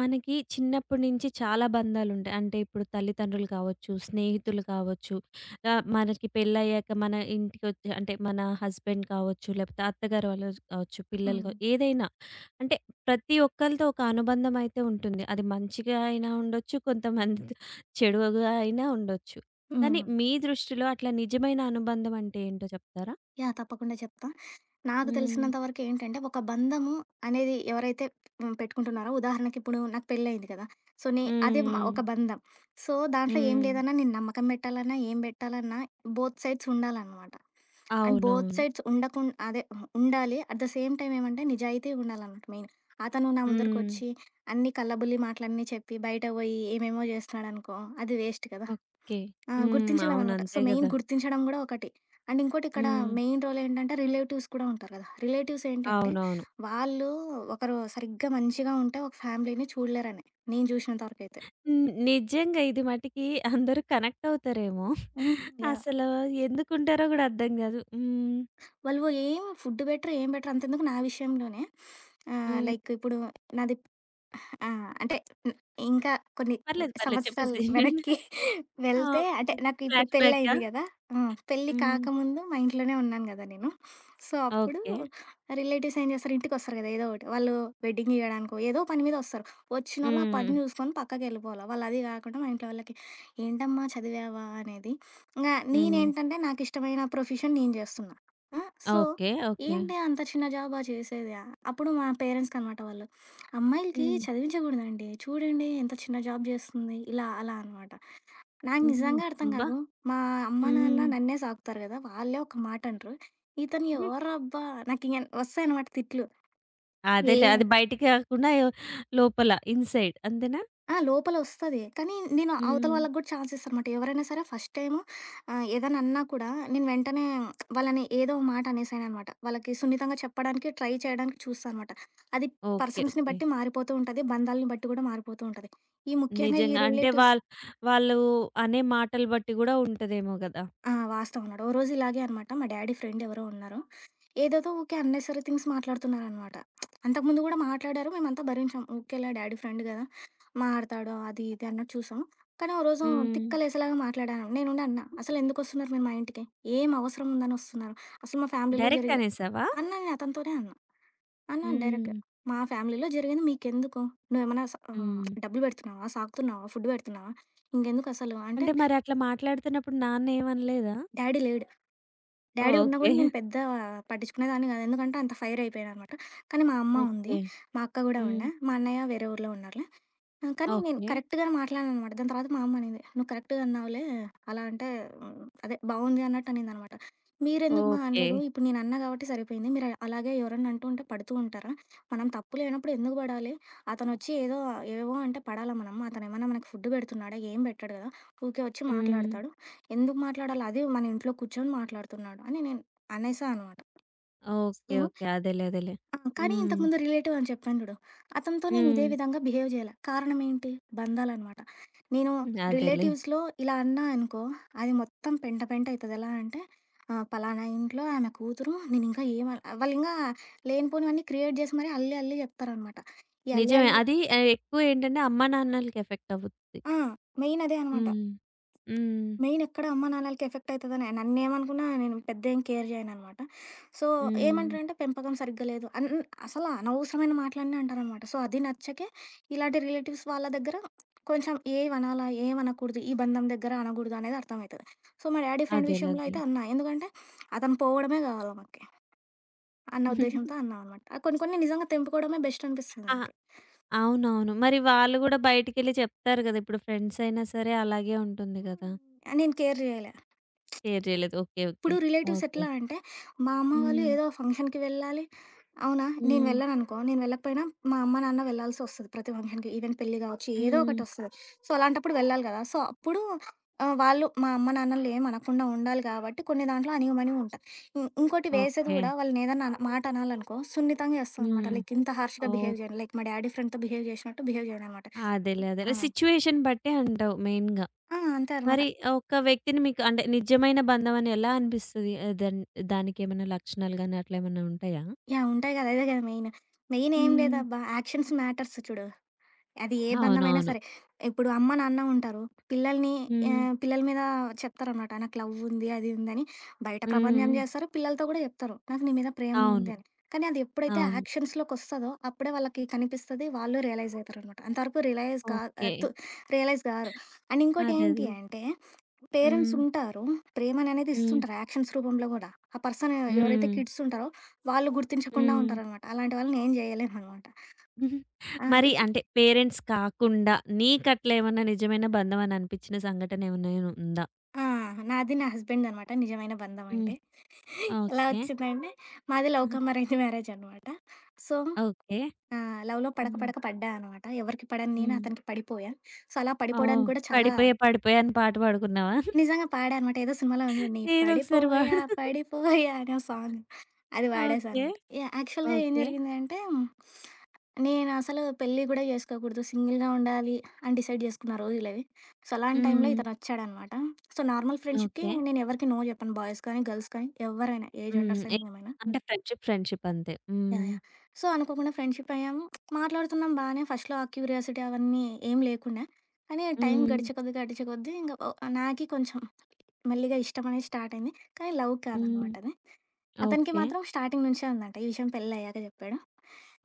మనకి చిన్నప్పటి నుంచి చాలా బంధాలుంటాయి. అంటే ఇప్పుడు తల్లిదండ్రులు కావచ్చు, స్నేహితులు కావచ్చు, మనకి పెళ్ళయ్యాక మన ఇంటికొచ్చి అంటే మన హస్బెండ్ కావచ్చు, లేకపోతే అత్తగారు వాళ్ళు కావచ్చు, పిల్లలు హ్మ్. ఏదైనా అంటే ప్రతి ఒక్కళ్ళతో ఒక అనుబంధం అయితే ఉంటుంది. అది మంచిగా అయినా ఉండొచ్చు, కొంతమందితో చెడుగా అయినా ఉండొచ్చు. కానీ హ్మ్. మీ దృష్టిలో అట్లా నిజమైన అనుబంధం అంటే ఏంటో చెప్తారా? యాహ్! తప్పకుండా చెప్తా. నాకు హ్మ్. తెలిసినంత వరకు ఏంటంటే, ఒక బంధము అనేది ఎవరైతే పెట్టుకుంటున్నారో, ఉదాహరణకి ఇప్పుడు నాకు పెళ్ళయింది కదా! సో, నే హ్మ్. అదే మ హ్మ్. ఒక బంధం. సో, దాంట్లో ఏం హ్మ్. లేదన్నా నేను నమ్మకం పెట్టాలన్నా, ఏం పెట్టాలన్నా బోత్ సైడ్స్ ఉండాలనమాట. అండ్ బోత్ అవునవును. సైడ్స్ ఉండకుం అదే ఉండాలి. అట్ ద సేమ్ టైమ్ ఏమంటే నిజాయితీ ఉండాలనమాట మెయిన్. అతను నా హ్మ్. ముందరకొచ్చి అన్ని కల్లబుల్లి మాటలన్నీ చెప్పి, బయట పోయి ఏమేమో చేస్తున్నాడనుకో అది వేస్ట్ కదా! ఓకే. ఆ! హ్మ్. అవును. గుర్తించలేమనమాట. సో, అంతే మెయిన్ గదా! గుర్తించడం గూడా ఒకటి. అండ్ ఇంకోటి ఇక్కడ హ్మ్. మెయిన్ రోల్ ఏంటంటే రిలేటివ్స్ కూడా ఉంటారు గదా! రిలేటివ్స్ ఏంటంటే అవునవును. వాళ్ళు ఒకరు సరిగ్గా మంచిగా ఉంటే ఒక ఫ్యామిలీని చూడలేరని నేను జూసినంత వరకైతే. హ్మ్. నిజంగా ఇది మటికి అందరూ కనెక్ట్ అవుతారేమో! హ్మ్. యాహ్! అసలు ఎందుకుంటారో గూడా అర్థం గాదు. హ్మ్. వాళ్ళు ఏం ఫుడ్ బెటరు, ఏం బెటరు అంతెందుకు నా విషయంలోనే హ్మ్. లైక్ ఇప్పుడు నాది ఆ! అంటే హ్మ్, ఇంకా కొన్ని పర్లేదు. పర్లేదు. సంవత్సరాలు చెప్పేసేయండి. వెనక్కి ఆ! వెళ్తే అంటే ఓకే. నాకు ఇప్పుడు ఫ్లాష్‌బ్యాకా? పెళ్ళయింది గదా! హ్మ్. పెళ్లి హ్మ్. కాకముందు మా ఇంట్లోనే ఉన్నాను గదా నేను. సో, అప్పుడు ఓకే. రిలేటివ్స్ ఏం చేస్తారు ఇంటికొస్తారు గదా! ఏదో ఒకటి. వాళ్ళు వెడ్డింగ్ ఇయ్యడానికో ఏదో పని మీద వస్తారు. వచ్చినోళ్ళు ఆ హ్మ్. పని చూసుకొని పక్కకెళ్ళిపోవాల. వాళ్ళు అది కాకుండా మా ఇంట్లో వాళ్ళకి, "ఏంటమ్మా చదివావా?" అనేది. ఇంగ హ్మ్. నేనేంటంటే నాకిష్టమైన ప్రొఫెషన్ నేను చేస్తున్నా. ఆ! So, okay. ఓకే. ఏంటే అంత చిన్న జాబా చేసేది? అప్పుడు మా పేరెంట్స్‌కనమాట వాళ్ళు. అమ్మాయిలకి హ్మ్. చదివించకూడదండి. చూడండి ఎంత చిన్న జాబ్ జేస్తుంది. ఇలా అలా అనమాట. నాకు హుహు. నిజంగా అర్థం అబ్బా! కాదు. మా అమ్మ, నాన్న హ్మ్. నన్నే సాకుతారు గదా! వాళ్ళే ఒక మాట అంటరు. ఇతను ఎవరబ్బా! నాకింగ వస్తాయనమాట తిట్లు. ఏ అదేలే. అది బయటికి కాకుండా లోపల ఇన్‌సైడ్ అంతేనా? ఆ! లోపల వస్తది. కానీ నేను అవతల హ్మ్. వాళ్ళకి గూడా ఛాన్స్ ఇస్తానమాట. ఎవరైనా సరే ఫస్ట్ టైము ఏదైనా అన్నా కూడా నేను వెంటనే వాళ్ళని ఏదో ఒక మాట అనేసాననమాట. వాళ్ళకి సున్నితంగా చెప్పడానికి ట్రై చేయడానికి చూస్తా అనమాట. అది ఓకే. పర్సన్స్‌ని ఓకే. బట్టి మారిపోతూ ఉంటది. బంధాలను బట్టి గూడా మారిపోతూ ఉంటది. ఈ ముఖ్యంగా ఈ నిజంగా. అంటే రిలేటివ్స్. వాళ్ళు అనే మాటలు బట్టి గూడా ఉంటదేమో గదా! ఆ! వాస్తవం అన్నాడు. ఓ రోజు ఇలాగే అనమాట మా డ్యాడీ ఫ్రెండ్ ఎవరో ఉన్నారు. ఏదేదో ఊకే అన్నెసరీ థింగ్స్ మాట్లాడుతున్నారనమాట. అంతకుముందు గూడా మాట్లాడారు. మేమంతా భరించాం. ఊరికేలా డ్యాడీ ఫ్రెండ్ గదా! మాట్లాడతాడు అది ఇది అన్నట్టు చూసాం. కానీ ఓ రోజు హ్మ్. తిక్కలేసేలాగా మాట్లాడాను. నేనుండి అన్నా, "అసలెందుకొస్తున్నారు మీరు మా ఇంటికి? ఏం అవసరం ఉందని ఒస్తున్నారు? అసలు మా ఫ్యామిలీలో డైరెక్ట్ జరిగే." అనేసావా? అన్నా నేను అతనితోనే అన్నా. అన్నాను డైరెక్ట్‌గా. హ్మ్. "మా ఫ్యామిలీలో జరిగింది మీకెందుకు? నువ్వేమన్నా హ్మ్. డబ్బులు పెడుతున్నావా? సాకుతున్నావా? ఫుడ్ పెడుతున్నావా? ఇంకెందుకసలు" అంటే. అంటే మరి అట్లా మాట్లాడుతున్నప్పుడు నాన్న ఏమనలేదా? డ్యాడీ లేడు. డ్యాడీ ఉన్నా ఓకే. కూడా నేను పెద్ద పట్టించుకునేదాన్ని కాదు. ఎందుకంటే అంత ఫైర్ అయిపోయాననమాట. కానీ మా అమ్మ ఉంది. ఓకే. మా అక్క గూడా హ్మ్. ఉండే. మా అన్నయ్య వేరే ఊర్లో ఉన్నారులే. ఆ! కానీ నేను ఓకే. కరెక్ట్‌గానే మాట్లాడాననమాట. దాని తర్వాత మా అమ్మ అనింది, "నువ్వు కరెక్ట్‌గా అన్నావులే, అలా అంటే హ్మ్, అదే బావుంది" అన్నట్టు అనిందనమాట. "మీరెందుకు మా ఓకే. అనలేదు? ఇప్పుడు నేను అన్నా కాబట్టి సరిపోయింది. మీరు అలాగే ఎవరన్నా అంటూ ఉంటే పడుతూ ఉంటారా? మనం తప్పు లేనప్పుడు ఎందుకు పడాలి? అతనొచ్చి ఏదో ఏవేవో అంటే పడాలా మనం? అతనేమన్నా మనకి ఫుడ్ పెడుతున్నాడా? ఏం పెట్టాడు కదా! ఊకే వచ్చి హ్మ్. మాట్లాడతాడు. ఎందుకు మాట్లాడాలి? అది మన ఇంట్లో కూర్చొని మాట్లాడుతున్నాడు" అని నేను అనేసా అనమాట. ఓకే. So, okay. అదేలే. అదేలే. ఆ! కానీ హ్మ్. ఇంతకుముందు రిలేటివ్ అని చెప్పాను చూడు. అతనితో నేను ఇదే హ్మ్. విధంగా బిహేవ్ జేయాల. కారణం ఏంటి? బంధాలనమాట. నేను అదేలే. రిలేటివ్స్‌లో ఇలా అన్నా అనుకో, అది మొత్తం పెంట పెంట అయితది. ఎలా అంటే పలానా ఇంట్లో ఆమె కూతురు నేనింకా ఏమ వాళ్ళింకా లేనిపోనివన్నీ క్రియేట్ జేసి మరీ అల్లి అల్లి జెప్తారనమాట. ఈ అల్లి నిజమే. అల్లి. అది ఎక్కువ ఏంటంటే అమ్మా నాన్నలకి ఎఫెక్ట్ అవుద్ది. ఆ! మెయిన్ అదే అనమాట. హ్మ్. హ్మ్. మెయిన్ ఎక్కడ అమ్మా నాన్నలకి ఎఫెక్ట్ అవుతుందని నన్నేమనుకున్నా నేను పెద్ద ఏం కేర్ చేయను అనమాట. సో, హ్మ్. ఏమంటారంటే పెంపకం సరిగ్గా లేదు అసలు అనవసరమైన మాటలన్నీ అంటారనమాట. సో, అది నచ్చకే ఇలాంటి రిలేటివ్స్ వాళ్ళ దగ్గర కొంచెం ఏవనాలా, ఏమనకూడదు, ఈ బంధం దగ్గర అనకూడదు అనేది అర్థమవుతది. సో, మా డ్యాడీ ఫ్రెండ్ అదేలే. విషయంలో అదేలే. అయితే అన్నా. ఎందుకంటే అతను పోవడమే కావాలి మాకి అన్న ఉద్దేశంతో అన్నా అనమాట. కొన్ని కొన్ని నిజంగా తెంపుకోవడమే బెస్ట్ అనిపిస్తుంది నాకు. అవునవును. మరి వాళ్ళు గూడా బయటికెళ్ళి చెప్తారు గదా! ఇప్పుడు ఫ్రెండ్స్ అయినా సరే అలాగే ఉంటుంది గదా! ఆ, నేను కేర్ చేయలే. షేర్ జేయలేదు. ఓకే. ఓకే. ఇప్పుడు రిలేటివ్స్ ఓకే. ఎట్లా అంటే, మా అమ్మ వాళ్ళు హ్మ్. ఏదో ఫంక్షన్‌కి వెళ్ళాలి. అవునా? నేను హ్మ్. వెళ్ళాననుకో, నేను వెళ్ళకపోయినా మా అమ్మ, నాన్న వెళ్ళాల్సొస్తది ప్రతి ఫంక్షన్‌కి. ఈవెన్ పెళ్లి గావచ్చు, ఏదో హ్మ్. ఒకటొస్తది. సో, అలాంటప్పుడు వెళ్ళాలి గదా! సో, అప్పుడు వాళ్ళు మా అమ్మ, నాన్నలని ఏమనకుండా ఉండాలి కాబట్టి కొన్ని దాంట్లో అణిగిమణిగి ఉంటా. ఇంకోటి వేసేది ఓకే. గూడా వాళ్ళనేదన్నా అన మాట అనాలనుకో, సున్నితంగా ఏస్తా అనమాట. హ్మ్. లైక్ ఇంత హార్ష్‌గా ఓహ్! బిహేవ్ జేయను. లైక్ మా డ్యాడీ ఫ్రెండ్‌తో బిహేవ్ జేసినట్టు బిహేవ్ జేయననమాట. అదేలే. అదేలే. ఆ! సిట్యుయేషన్ బట్టే అంటావు మెయిన్‌గా. ఆ! అంతే అనమాట. మరి ఒక వ్యక్తిని మీకు అంటే నిజమైన బంధం అని ఎలా అనిపిస్తది? ఆహ్, దన్ దానికేమైనా లక్షణాలు గాని అట్లేమన్నా ఉంటాయా? యాహ్! ఉంటాయి గదా! అదే గదా మెయిన్. మెయిన్ ఏం హ్మ్. లేదబ్బా! యాక్షన్స్ మ్యాటర్స్ చూడు. అది ఏ బంధమైనా అవునవును. సరే. ఇప్పుడు అమ్మ, నాన్న ఉంటారు. పిల్లల్ని హ్మ్. పిల్లల మీద చెప్తారనమాట. నాకు లవ్ ఉంది, అది ఉందని బయట ప్రపంచం హ్మ్. చేస్తారు. పిల్లలతో కూడా చెప్తారు. నాకు నీ మీద ప్రేమ అవును. ఉంది అని. కానీ అది ఎప్పుడైతే అవును. యాక్షన్స్‌లోకొస్తదో అప్పుడే వాళ్ళకి కనిపిస్తది. వాళ్ళు రియలైజ్ అయితారనమాట. అంతవరకు రియలైజ్ కా ఓకే. ఆహ్, తు రియలైజ్ కారు. అండ్ ఇంకోటేంటి అదదే. అంటే పేరెంట్స్ హ్మ్. ఉంటారు. ప్రేమననేది హ్మ్. ఇస్తుంటారు యాక్షన్స్ రూపంలో కూడా. ఆ పర్సన్ ఎవరైతే హ్మ్. కిడ్స్ ఉంటారో వాళ్ళు గుర్తించకుండా హ్మ్. ఉంటారనమాట. అలాంటి వాళ్ళని ఏం చేయలేమనమాట. ఆ! మరి ఇట్లా అంటే పేరెంట్స్ కాకుండా నీకట్లా ఏమన్నా నిజమైన బంధం అని అనిపించిన సంఘటన ఏమైనా ఉందా? ఆ! నాది నా హస్బెండ్‌దనమాట నిజమైన బంధం హ్మ్. అంటే. ఎలా ఓకే. వచ్చిందంటే, మాది లవ్ కమ్ అరేంజ్ మ్యారేజ్ అనమాట. So, okay. లవ్‌లో పడక హ్మ్. పడక పడ్డా అనమాట. ఎవరికి పడను నేను, హ్మ్. అతనికి పడిపోయా. సో, అలా ఓహ్! పడిపోవడానికి కూడా చాలా. 'పడిపోయే పడిపోయే' అని పాట పాడుకున్నావా? నిజంగా పాడా అనమాట. ఏదో సినిమాలో ఉంది చూడండి. ఏదో ఒకసారి 'పడిపోయా పాడు. పడిపోయా' అనే సాంగ్. అది పాడేశా ఓకే. అనమాట. యాహ్! యాక్చువల్‌గా ఏం ఓకే. జరిగింది అంటే, నేనసలు పెళ్లి గూడా జేసుకోకూడదు. సింగిల్‌గా ఉండాలి అని డిసైడ్ జేసుకున్న రోజులవి. సో, అలాంటి టైంలో హ్మ్. ఇతనొచ్చాడనమాట. సో, నార్మల్ ఫ్రెండ్షిప్‌కి ఓకే. నేనెవరికీ నో జెప్పను. బాయ్స్ కానీ, గర్ల్స్ కానీ ఎవరైనా ఏ హ్మ్. జెండర్స్ అయినా మేమైనా. అంటే ఫ్రెండ్షిప్, ఫ్రెండ్షిప్ అంతే. యాహ్! హ్మ్. యాహ్! సో, అనుకోకుండా ఫ్రెండ్షిప్ అయ్యాము. మాట్లాడుతున్నాం బానే. ఫస్ట్‌లో ఆ క్యూరియాసిటీ అవన్నీ ఏం లేకుండే. కానీ టైం హ్మ్. గడిచే కొద్దీ, గడిచే కొద్దీ ఇంక ఓ నాకి కొంచెం మెల్లిగా ఇష్టమనేది స్టార్ట్ అయింది. కానీ లవ్ హ్మ్. కాదనమాట అది. అతనికి ఓకే. మాత్రం స్టార్టింగ్ నుంచే ఉందంట. ఈ విషయం పెళ్లయ్యాక చెప్పాడు.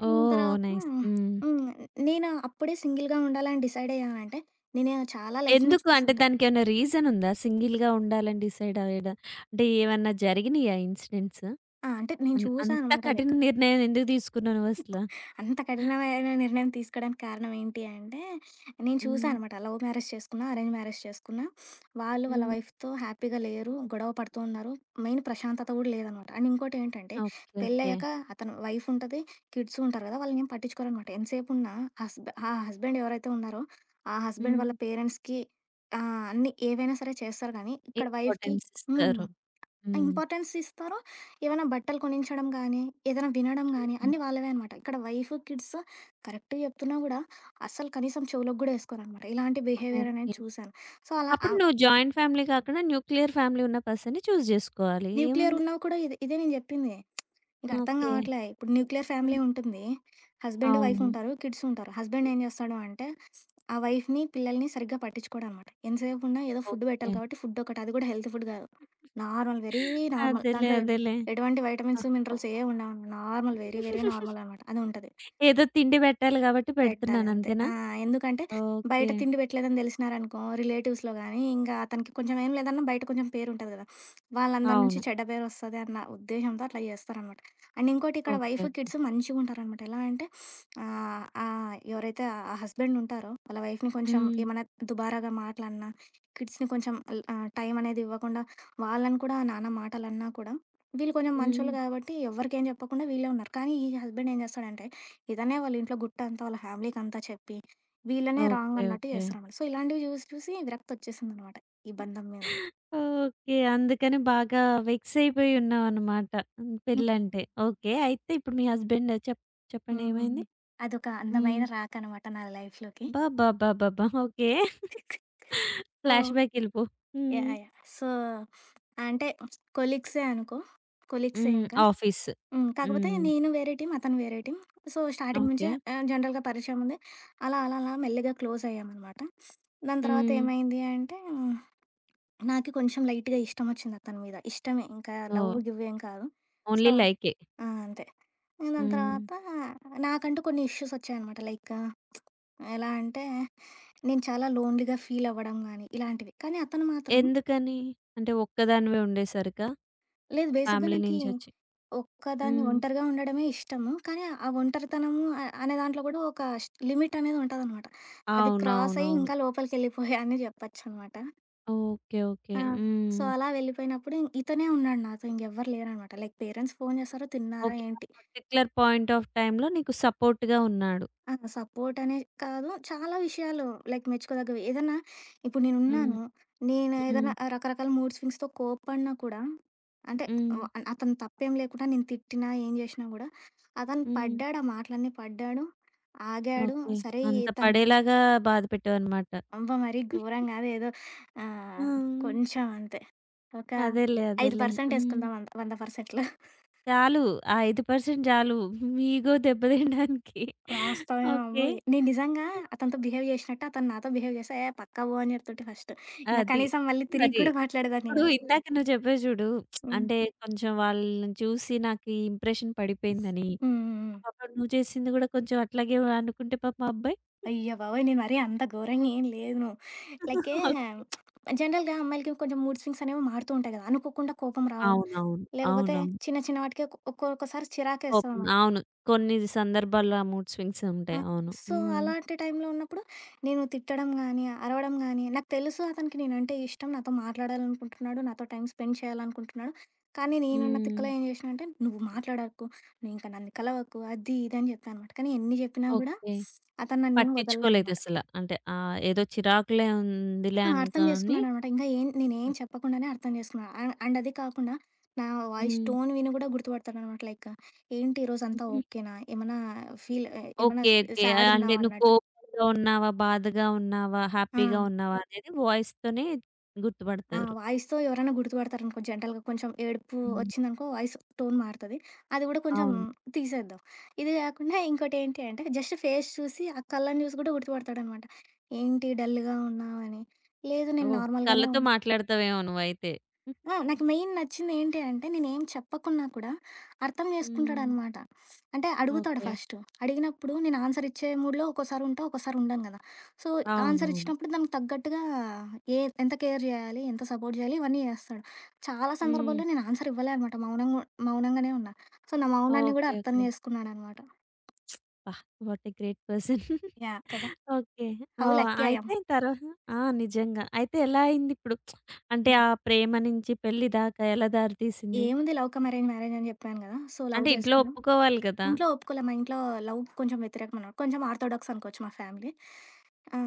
హ్మ్. ఓహ్! తర్వాత నైస్. హ్మ్. హ్మ్. నేను అప్పుడే సింగిల్‌గా ఉండాలని డిసైడ్ అయ్యానంటే, నేను చాలా లైఫ్‌ని ఎందుకు? అంటే చూసుంటాను. దానికేమైనా రీజన్ ఉందా? సింగిల్‌గా ఉండాలని డిసైడ్ అవ్వడం అంటే ఏమన్నా జరిగినాయా ఇన్సిడెంట్స్? ఆ! అంటే నేను చూసా అంత అనమాట కఠిన లైక్. నిర్ణయం ఎందుకు తీసుకున్నావు నువ్వసల? అంత కఠినమైన నిర్ణయం తీసుకోవడానికి కారణం ఏంటి అంటే, నేను చూసాను హ్మ్. అనమాట. లవ్ మ్యారేజ్ చేసుకున్నా, అరేంజ్ మ్యారేజ్ చేసుకున్నా, వాళ్ళు వాళ్ళ హ్మ్. వైఫ్‌తో హ్యాపీగా లేరు. గొడవ పడుతూ ఉన్నారు. మెయిన్ ప్రశాంతత కూడా లేదనమాట. అండ్ ఇంకోటేంటంటే, ఓకే. ఓకే. పెళ్ళయ్యాక అతను వైఫ్ ఉంటది, కిడ్స్ ఉంటారు కదా! వాళ్ళనేం పట్టించుకోరనమాట. ఎంతసేపున్నా హస్బ్ ఆ హస్బెండ్ ఎవరైతే ఉన్నారో, ఆ హస్బెండ్ హ్మ్. వాళ్ళ పేరెంట్స్‌కి అన్నీ ఏవైనా సరే చేస్తారు కానీ, ఇక్కడ వైఫ్‌కి ఇంపార్టెన్స్ హ్మ్, ఇస్తారు. హ్మ్. ఇంపార్టెన్స్ ఇస్తారో, ఏవైనా బట్టలు కొనించడం గానీ, ఏదైనా వినడం గానీ హ్మ్. అన్నీ వాళ్ళవే అనమాట. ఇక్కడ వైఫ్, కిడ్స్ కరెక్ట్‌గా చెప్తున్నా గూడా అస్సలు కనీసం చెవులోకి గూడా ఏసుకోరనమాట. ఇలాంటి బిహేవియర్ ఓకే. అనేది చూశాను. సో, అలా ఆ, అప్పుడు నువ్వు జాయింట్ ఫ్యామిలీ కాకుండా న్యూక్లియర్ ఫ్యామిలీ ఉన్న పర్సన్‌ని చూజ్ చేసుకోవాలి. న్యూక్లియర్ ఏముంది? ఉన్నా కూడా ఇదే ఇదే నేను జెప్పింది. నీకర్థం ఓకే. కావట్లే. ఇప్పుడు న్యూక్లియర్ హ్మ్. ఫ్యామిలీ ఉంటుంది. హస్బెండ్, వైఫ్ అవును. ఉంటారు. కిడ్స్ ఉంటారు. హస్బెండ్ ఏం చేస్తాడు అంటే, ఆ వైఫ్‌ని, పిల్లల్ని సరిగ్గా పట్టించుకోడనమాట. ఎంతసేపు ఉన్నా ఏదో ఫుడ్ ఓకే. పెట్టాలి కాబట్టి ఫుడ్ ఒకటి. అది కూడా హెల్తీ ఫుడ్ కాదు. Normal, very normal. అదేలే. దాంట్లో అదేలే. ఎటువంటి వైటమిన్స్, మినరల్స్ ఏవి ఉండవనమాట. నార్మల్, వెరీ వెరీ నార్మల్ అనమాట. అది ఉంటది. ఏదో తిండి పెట్టాలి కాబట్టి పెట్టాలి పెడుతున్నాను అంతే. అంతేనా? ఆ! ఎందుకంటే ఓకే. బయట తిండి పెట్టలేదని తెలిసినారనుకో రిలేటివ్స్‌లో గానీ, ఇంకా అతనికి కొంచెం ఏం లేదన్నా బయట కొంచెం పేరుంటది గదా! వాళ్ళందరి నుంచి అవును. అవును. చెడ్డ పేరు వస్తది అన్న ఉద్దేశ్యంతో అట్లా జేస్తారనమాట. అండ్ ఇంకోటి ఇక్కడ ఓకే. Wife, okay. కిడ్స్ మంచిగుంటారనమాట. ఎలా అంటే ఆహ్, ఆహ్, ఎవరైతే ఆ హస్బెండ్ ఉంటారో వాళ్ళ వైఫ్‌ని కొంచెం హ్మ్, హ్మ్. ఏమన్నా దుబారాగా మాటలన్నా, కిడ్స్‌ని కొంచెం టైం అనేది ఇవ్వకుండా వాళ్ళని కూడా నానా మాటలన్నా కూడా, వీళ్ళు కొంచెం హ్మ్. మంచోళ్ళు గాబట్టి ఎవరికేం జెప్పకుండా వీళ్ళే ఉన్నారు. కానీ ఈ హస్బెండ్ ఏం జేస్తాడంటే ఇదనే వాళ్ళ ఇంట్లో గుట్టంతా, వాళ్ళ ఫ్యామిలీకంతా చెప్పి, వీళ్ళనే రాంగ్ ఓకే. అన్నట్టు ఓకే. చేస్తారనమాట. సో, ఇలాంటివి చూసి, చూసి విరక్తొచ్చేసిందనమాట ఈ బంధం మీద. ఓకే. అందుకని బాగా వెక్స్ అయిపోయి ఉన్నావన్నమాట. హ్మ్. హ్మ్. పెళ్ళంటే. ఓకే. అయితే ఇప్పుడు మీ హస్బెండ్ చెప్పండి హ్మ్. ఏమైంది? అదొక హ్మ్. అందమైన రాకనమాట నా లైఫ్‌లోకి. అబ్బబ్బబ్బబ్బబ్బా! ఓకే. సో, ఫ్లాష్‌బ్యాక్ ఎళ్ళిపో. హ్మ్. యాహ్! యాహ్! సో, అంటే కొలీగ్సే అనుకో. కొలీగ్సే హ్మ్. ఇంకా. ఆఫీస్. హ్మ్. కాకపోతే హ్మ్. నేను వేరే టీమ్, అతను వేరే టీమ్. సో, స్టార్టింగ్ నుంచే ఓకే. జనరల్‌గా పరిచయం ఉంది. అలా, అలా, అలా మెల్లిగా క్లోజయ్యామనమాట. దాని హ్మ్. తర్వాతేమైంది అంటే నాకి కొంచెం లైట్‌గా ఇష్టమొచ్చింది అతని మీద. ఇష్టమే ఇంకా లవ్ ఓహ్! గివ్ ఏం కాదు. సో, ఓన్లీ లైకే. ఆ! అంతే. దాని హ్మ్. తర్వాత నాకంటూ కొన్ని ఇష్యూస్ వచ్చాయనమాట. లైక్ ఎలా అంటే నేను చాలా లోన్‌లీగా ఫీల్ అవ్వడం గానీ, ఇలాంటివి. కానీ అతను మాత్రం ఎందుకని? అంటే ఒక్కదానివే ఉండేసరికా? లేదు బేసిక్‌గా ఫ్యామిలీ నాకి నుంచొచ్చి. ఒక్కదాన్ని హ్మ్. ఒంటరిగా ఉండడమే ఇష్టము. కానీ ఆ ఒంటరితనము అనే దాంట్లో కూడా ఒక లిమిట్ అనేది ఉంటదనమాట. అది క్రాస్ అయ్యి అవునవునవును. ఇంకా లోపలికెళ్ళిపోయా అని చెప్పొచ్చనమాట. ఓకే. ఓకే. ఆ! సో, హ్మ్. అలా వెళ్ళిపోయినప్పుడు ఇతనే ఉన్నాడు నాతో. ఇంకెవ్వరు లేరనమాట. లైక్ పేరెంట్స్ ఫోను చేస్తారు, తిన్నారా ఓకే. ఆ ఏంటి? పర్టిక్యులర్ పాయింట్ ఆఫ్ టైమ్‌లో నీకు సపోర్ట్‌గా ఉన్నాడు. ఆ! సపోర్టనే కాదు, చాలా విషయాలు లైక్ మెచ్చుకోదగ్గవి. ఏదన్నా ఇప్పుడు హ్మ్. నేనున్నాను, నేను హ్మ్. ఏదన్నా రకరకాల మూడ్ స్వింగ్స్‌తో కోప్పడినా కూడా అంటే హ్మ్. వ అతను తప్పేం లేకుండా నేను తిట్టినా, ఏం చేషినా గూడా, అతను హ్మ్. పడ్డాడు ఆ మాటలన్నీ పడ్డాడు, ఆగాడు. ఓకే. సరే ఈ అంత తను. పడేలాగా బాధ పెట్టావన్నమాట. అబ్బా! మరీ ఘోరంగా కాదు ఏదో ఆ! ఆహ్, కొంచెం అంతే. ఒక అదేలే. అదేలే. 5% హ్మ్. ఏసుకుందాం అంతే 100%లో. చాలు. ఆ 5% చాలు. మీ ఇగో దెబ్బతినడానికి. వాస్తవమే అమ్మ. ఓకే. నేను నిజంగా అతనితో బిహేవ్ చేసినట్టు అతను నాతో బిహేవ్ చేస్తే "ఏ పక్కా పో" అని చెప్తుంటే ఫస్ట్. ఇంక అది. కనీసం మళ్ళీ తిరిగి మరి. కూడా మాట్లాడేదాన్ని ఇప్పుడు కాదు. ఇందాక నువ్వు చెప్పావు చూడు. హ్మ్. అంటే కొంచెం వాళ్ళని చూసి నాకు ఈ ఇంప్రెషన్ పడిపోయిందని. హ్మ్. హ్మ్. పాపం నువ్వు చేసింది గూడా కొంచెం అట్లాగే అనుకుంటే పాపం ఆ అబ్బాయి అయ్య బాబోయ్! నేను మరీ అంత ఘోరంగా ఏం లేను. లైకే జనరల్‌గా అమ్మాయిలకి కొంచెం మూడ్ స్వింగ్స్ అనేవి మారుతూ ఉంటాయి కదా! అనుకోకుండా కోపం రావడం, అవునవును. లేకపోతే అవునవును. చిన్న చిన్న వాటికే ఒక్కొక్కసారి కోపం. చిరాకేస్తదనమాట. అవును. కొన్ని సందర్భాల్లో ఆ మూడ్ స్వింగ్స్ ఆ! ఉంటాయి. అవును. సో, హ్మ్. అలాంటి టైంలో ఉన్నప్పుడు నేను తిట్టడం గానీ, అరవడం గానీ నాకు తెలుసు అతనికి నేనంటే ఇష్టం. నాతో మాట్లాడాలనుకుంటున్నాడు. నాతో టైమ్ స్పెండ్ చేయాలనుకుంటున్నాడు. కానీ నేనున్న హ్మ్. తిక్కలో ఏం జేసినా అంటే, "నువ్వు మాట్లాడకు. నువ్వు ఇంక నన్ను కలవకు" అది, ఇది అని చెప్పా అనమాట. కానీ ఎన్ని జెప్పినా గూడా ఓకే. అతను నన్నేం వదలలే అనమాట. పట్టించుకోలేదసల. అంటే ఏదో చిరాకులే ఉందిలే ఆ! అర్థం అనుకోని జేసుకున్నాడనమాట. ఇంకా ఏం నేనేం చెప్పకుండానే అర్థం జేసుకున్నాడు. అండ్ అండ్ అది కాకుండా నా వాయిస్ హ్మ్. టోన్ విని గూడా గుర్తుపడతాడనమాట. లైక్ ఏంటి ఈరోజంతా ఓకేనా? ఏమన్నా ఫీల్ ఏమన్నా ఓకే. ఓకే. సాడ్ అంటే ఉన్నావా నువ్వు అన్నట్టు. కోపంగా ఉన్నావా? బాధగా ఉన్నావా? ఆ! హ్యాపీగా ఉన్నావా? అనేది వాయిస్‌తోనే ఆ! గుర్తుపడతారు. వాయిస్‌తో ఎవరైనా గుర్తుపడతారనుకో జనరల్‌గా కొంచెం ఏడుపు హ్మ్. వచ్చిందనుకో వాయిస్ టోన్ మారుతది. అది గూడా కొంచెం అవును. తీసేద్దాం. ఇది గాకుండా ఇంకోటేంటి అంటే జస్ట్ ఫేస్ చూసి ఆ కళ్ళని చూసి గూడా గుర్తుపడతాడనమాట. ఏంటి డల్‌గా ఉన్నావని. లేదు నేను ఓహ్! నార్మల్‌గానే కళ్ళతో ఉన్ మాట్లాడతావేమో నువ్వైతే. ఆ! నాకు మెయిన్ నచ్చింది ఏంటి అంటే, నేనేం చెప్పకున్నా కూడా అర్థం హ్మ్. చేసుకుంటాడనమాట. అంటే అడుగుతాడు ఓకే. ఫస్టు. అడిగినప్పుడు నేను ఆన్సర్ ఇచ్చే మూడ్‌లో ఒక్కోసారి ఉంటా, ఒక్కోసారి ఉండను కదా! సో, ఆన్సర్ అవునవును. ఇచ్చినప్పుడు దానికి తగ్గట్టుగా ఎంత కేర్ చేయాలి, ఎంత సపోర్ట్ చేయాలి ఇవన్నీ చేస్తాడు. చాలా హ్మ్. సందర్భాల్లో నేను ఆన్సర్ ఇవ్వలే అనమాట. మౌనంగానే ఉన్నా. సో, నా మౌనాన్ని కూడా ఓకే. అర్థం ఓకే. చేసుకున్నాడనమాట. అబ్బా! What a great person. Yeah! కదా! Okay. How oh! Lucky I am. అయితే తర్వా ఆ! నిజంగా. అయితే ఎలా అయిందిప్పుడు? అంటే హ్మ్. ఆ ప్రేమ నుంచి పెళ్లి దాకా ఎలా దారి తీసింది? ఏముంది లవ్ కమ్ అరేంజ్ మ్యారేజ్ అని చెప్పాను కదా! సో, లవ్ అంటే ఇంట్లో చేసుకున్నాం. ఒప్పుకోవాలి కదా! ఇంట్లో ఒప్పుకోలే. మా ఇంట్లో లవ్ కొంచెం వ్యతిరేకమనమాట. కొంచెం ఆర్థోడాక్స్ అనుకోవచ్చు మా ఫ్యామిలీ. ఆ!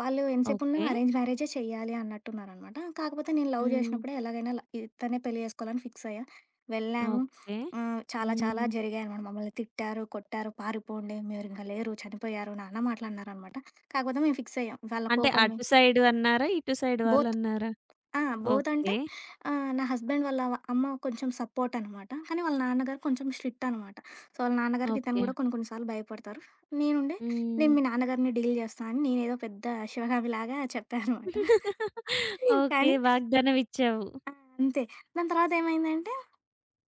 వాళ్ళు ఎంతసేపున్నా ఓకే. అరేంజ్ మ్యారేజే చెయ్యాలి అన్నట్టున్నారనమాట. కాకపోతే నేను లవ్ హ్మ్. చేసినప్పుడే ఎలాగైనా ఇతన్నే పెళ్లి చేసుకోవాలని ఫిక్స్ అయ్యా. వెళ్ళాము. ఓకే. ఆహ్, చాలా చాలా హ్మ్. జరిగాయనమాట. మమ్మల్ని తిట్టారు, కొట్టారు, "పారిపోండి, మీరింక లేరు, చనిపోయారు" నానా మాటలన్నారనమాట. కాకపోతే మేము ఫిక్స్ అయ్యాం. వాళ్ళ అంటే కోపాన్ని అటు సైడు అన్నారా? ఇటు సైడ్ బో వాళ్ళన్నారా? ఆ! బోత్ అంటే ఓకే. నా హస్బెండ్ వాళ్ళ అమ్మ కొంచెం సపోర్ట్ అనమాట. కానీ వాళ్ళ నాన్నగారు కొంచెం స్ట్రిక్ట్ అనమాట. సో, వాళ్ళ నాన్నగారికి ఇతను ఓకే. కూడా కొన్ని కొన్ని సార్లు భయపడతారు. నేనుండి హ్మ్. నేను మీ నాన్నగారిని డీల్ చేస్తా అని నేనేదో పెద్ద శివగామిలాగా చెప్పా అనమాట. ఓకే. కానీ వాగ్దానం ఇచ్చావు. అంతే. దాని తర్వాతేమైందంటే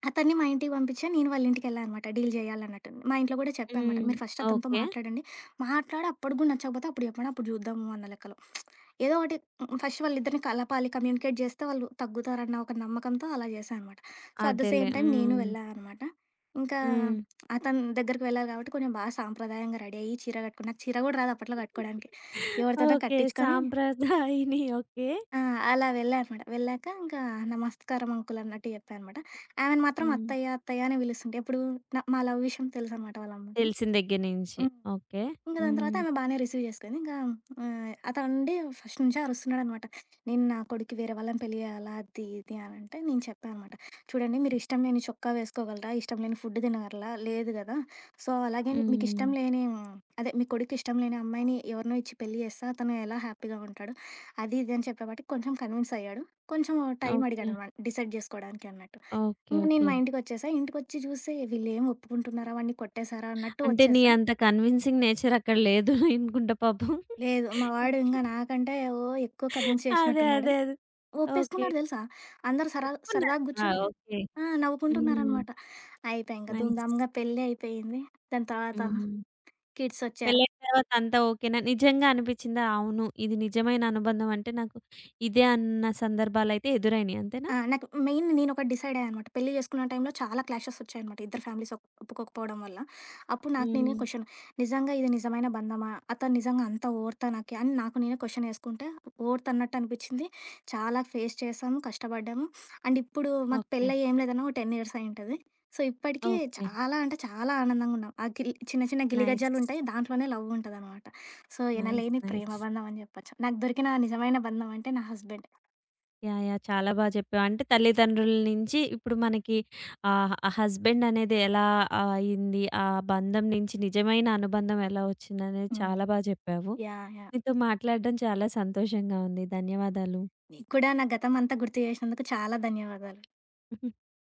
అతన్ని మా ఇంటికి పంపించా. నేను వాళ్ళ ఇంటికెళ్ళా అనమాట. డీల్ చేయాలన్నట్టు. మా ఇంట్లో కూడా చెప్పా అనమాట. హ్మ్. మీరు ఫస్ట్ అతనితో ఓకే. మాట్లాడండి. మాట్లాడి అప్పటికి కూడా నచ్చకపోతే అప్పుడు చెప్పండి. అప్పుడు చూద్దాము అన్న లెక్కలో. ఏదో ఒకటి ఫస్ట్ వాళ్ళిద్దరిని కలపాలి. కమ్యూనికేట్ చేస్తే వాళ్ళు తగ్గుతారన్న ఒక నమ్మకంతో అలా చేశా అనమాట. సో, అట్ ద అదేలే. సేమ్ టైమ్ నేను హ్మ్. వెళ్ళా అనమాట. ఇంకా హ్మ్. అతని దగ్గరికి వెళ్ళాలి కాబట్టి కొంచెం బాగా సాంప్రదాయంగా రెడీ అయ్యి చీర కట్టుకున్నా. నాకు చీర కూడా రాదు అప్పట్లో కట్టుకోవడానికి. ఎవరితోనో ఓకే. కట్టించుకొని, సాంప్రదాయిని ఓకే. ఆ! అలా వెళ్ళా అనమాట. వెళ్ళాక ఇంకా నమస్కారం అంకుల్ అన్నట్టు చెప్పా అనమాట. ఆమెను మాత్రం హ్మ్. అత్తయ్య, అత్తయ్య అని పిలుస్తుండే. ఎప్పుడు మా లవ్ విషయం తెలుసనమాట వాళ్ళ అమ్మకి. తెలిసిన దగ్గర నుంచి. హ్మ్. ఓకే. ఇంక దాని తర్వాత హ్మ్. ఆమె బానే రిసీవ్ చేసుకుంది. ఇంకా ఆహ్, అతనుండి ఫస్ట్ నుంచే అరుస్తున్నాడనమాట. నేను నా కొడుక్కి వేరే వాళ్ళని పెళ్లి చేయాలా అది ఇది అనంటే నేను చెప్పా అనమాట. చూడండి మీరు ఇష్టం లేని చొక్కా వేసుకోగలరా? ఇష్టం లేని ఫుడ్ తినగలరా? లేదు గదా! సో, అలాగే మీకు హ్మ్. ఇష్టం లేని, అదే మీ కొడుక్కి ఇష్టం లేని అమ్మాయిని ఎవరినో ఇచ్చి పెళ్లి చేస్తే అతను ఎలా హ్యాపీగా ఉంటాడు? అది ఇది అని చెప్పేపాటికి కొంచెం కన్విన్స్ అయ్యాడు. కొంచెం టైం ఓకే. అడిగాడనమాట డిసైడ్ జేసుకోవడానికి అన్నట్టు. ఓకే. ఇంక నేను ఓకే. మా ఇంటికొచ్చేసా. ఇంటికొచ్చి చూస్తే వీళ్ళేం ఒప్పుకుంటున్నారా? వాడిని కొట్టేసారా అన్నట్టు అంటే నీ వచ్చేసా. అంత కన్విన్సింగ్ నేచర్ అక్కడ లేదు అనుకుంటా పాపం. లేదు. మా వాడు ఇంగా నాకంటే ఓ ఎక్కువ కన్విన్స్ అదే. చేసినట్టున్నాడు. అదే. అదే. ఓకే. ఒప్పేసుకున్నాడు తెలుసా! అందరూ సర సరదాగా ఒప్పుకున్నారా? కూర్చొని హ్మ్. ఓకే. ఆ! హ్మ్. నవ్వుకుంటున్నారనమాట. అయిపాయి ఇంక ధూమ్ నైస్. ధామ్‌గా పెళ్లి అయిపోయింది. దాని తర్వాత హ్మ్. కిడ్సొచ్చారు. పెళ్ళైన తర్వాత అంతా ఓకేనా? నిజంగా అనిపిచ్చిందా? అవును. ఇది నిజమైన అనుబంధం అంటే నాకు ఇదే అన్న సందర్భాలైతే ఎదురైనయి అంతేనా? ఆ! నాకు మెయిన్ నేనొకటి డిసైడ్ అయ్యా అనమాట. పెళ్లి చేసుకున్న టైంలో చాలా క్లాషెస్ వచ్చాయనమాట. ఇద్దరు ఫ్యామిలీస్ ఒప్పుకోకపోవడం వల్ల. అప్పుడు నాకు నేనే హ్మ్. క్వెషన్, నిజంగా ఇది నిజమైన బంధమా? అతను నిజంగా అంత ఓర్తానాకి? అని నాకు నేనే క్వెషన్ ఏసుకుంటే వర్త్ అన్నట్టు అనిపిచ్చింది. చాలా ఫేస్ చేశాము, కష్టపడ్డాము. అండ్ ఇప్పుడు మాకు ఓకే. పెళ్లయ్యి ఏం లేదన్నా ఒక 10 ఇయర్స్ అయ్యుంటది. సో, ఇప్పటికి ఓకే. చాలా అంటే చాలా ఆనందంగా ఉన్నాం. ఆ గిల్ చిన్న చిన్న నైస్. గిలిగజ్జాలుంటాయి. దాంట్లోనే లవ్ ఉంటదనమాట. So, nice. ఎనలేని ప్రేమ నైస్. బంధం అని చెప్పొచ్చు. నాకు దొరికిన నిజమైన బంధం అంటే నా హస్బెండ్. యాహ్! యాహ్! చాలా బా చెప్పావు. అంటే తల్లిదండ్రుల నుంచి ఇప్పుడు మనకి హస్బెండ్ అనేది ఎలా ఆ, అయింది? ఆ బంధం నుంచి నిజమైన అనుబంధం ఎలా వచ్చిందనేది చాలా హ్మ్. బా చెప్పావు. యాహ్! యాహ్! నీతో మాట్లాడడం చాలా సంతోషంగా ఉంది. ధన్యవాదాలు. నీకు కూడా నా గతం అంతా గుర్తు చేసినందుకు చాలా ధన్యవాదాలు.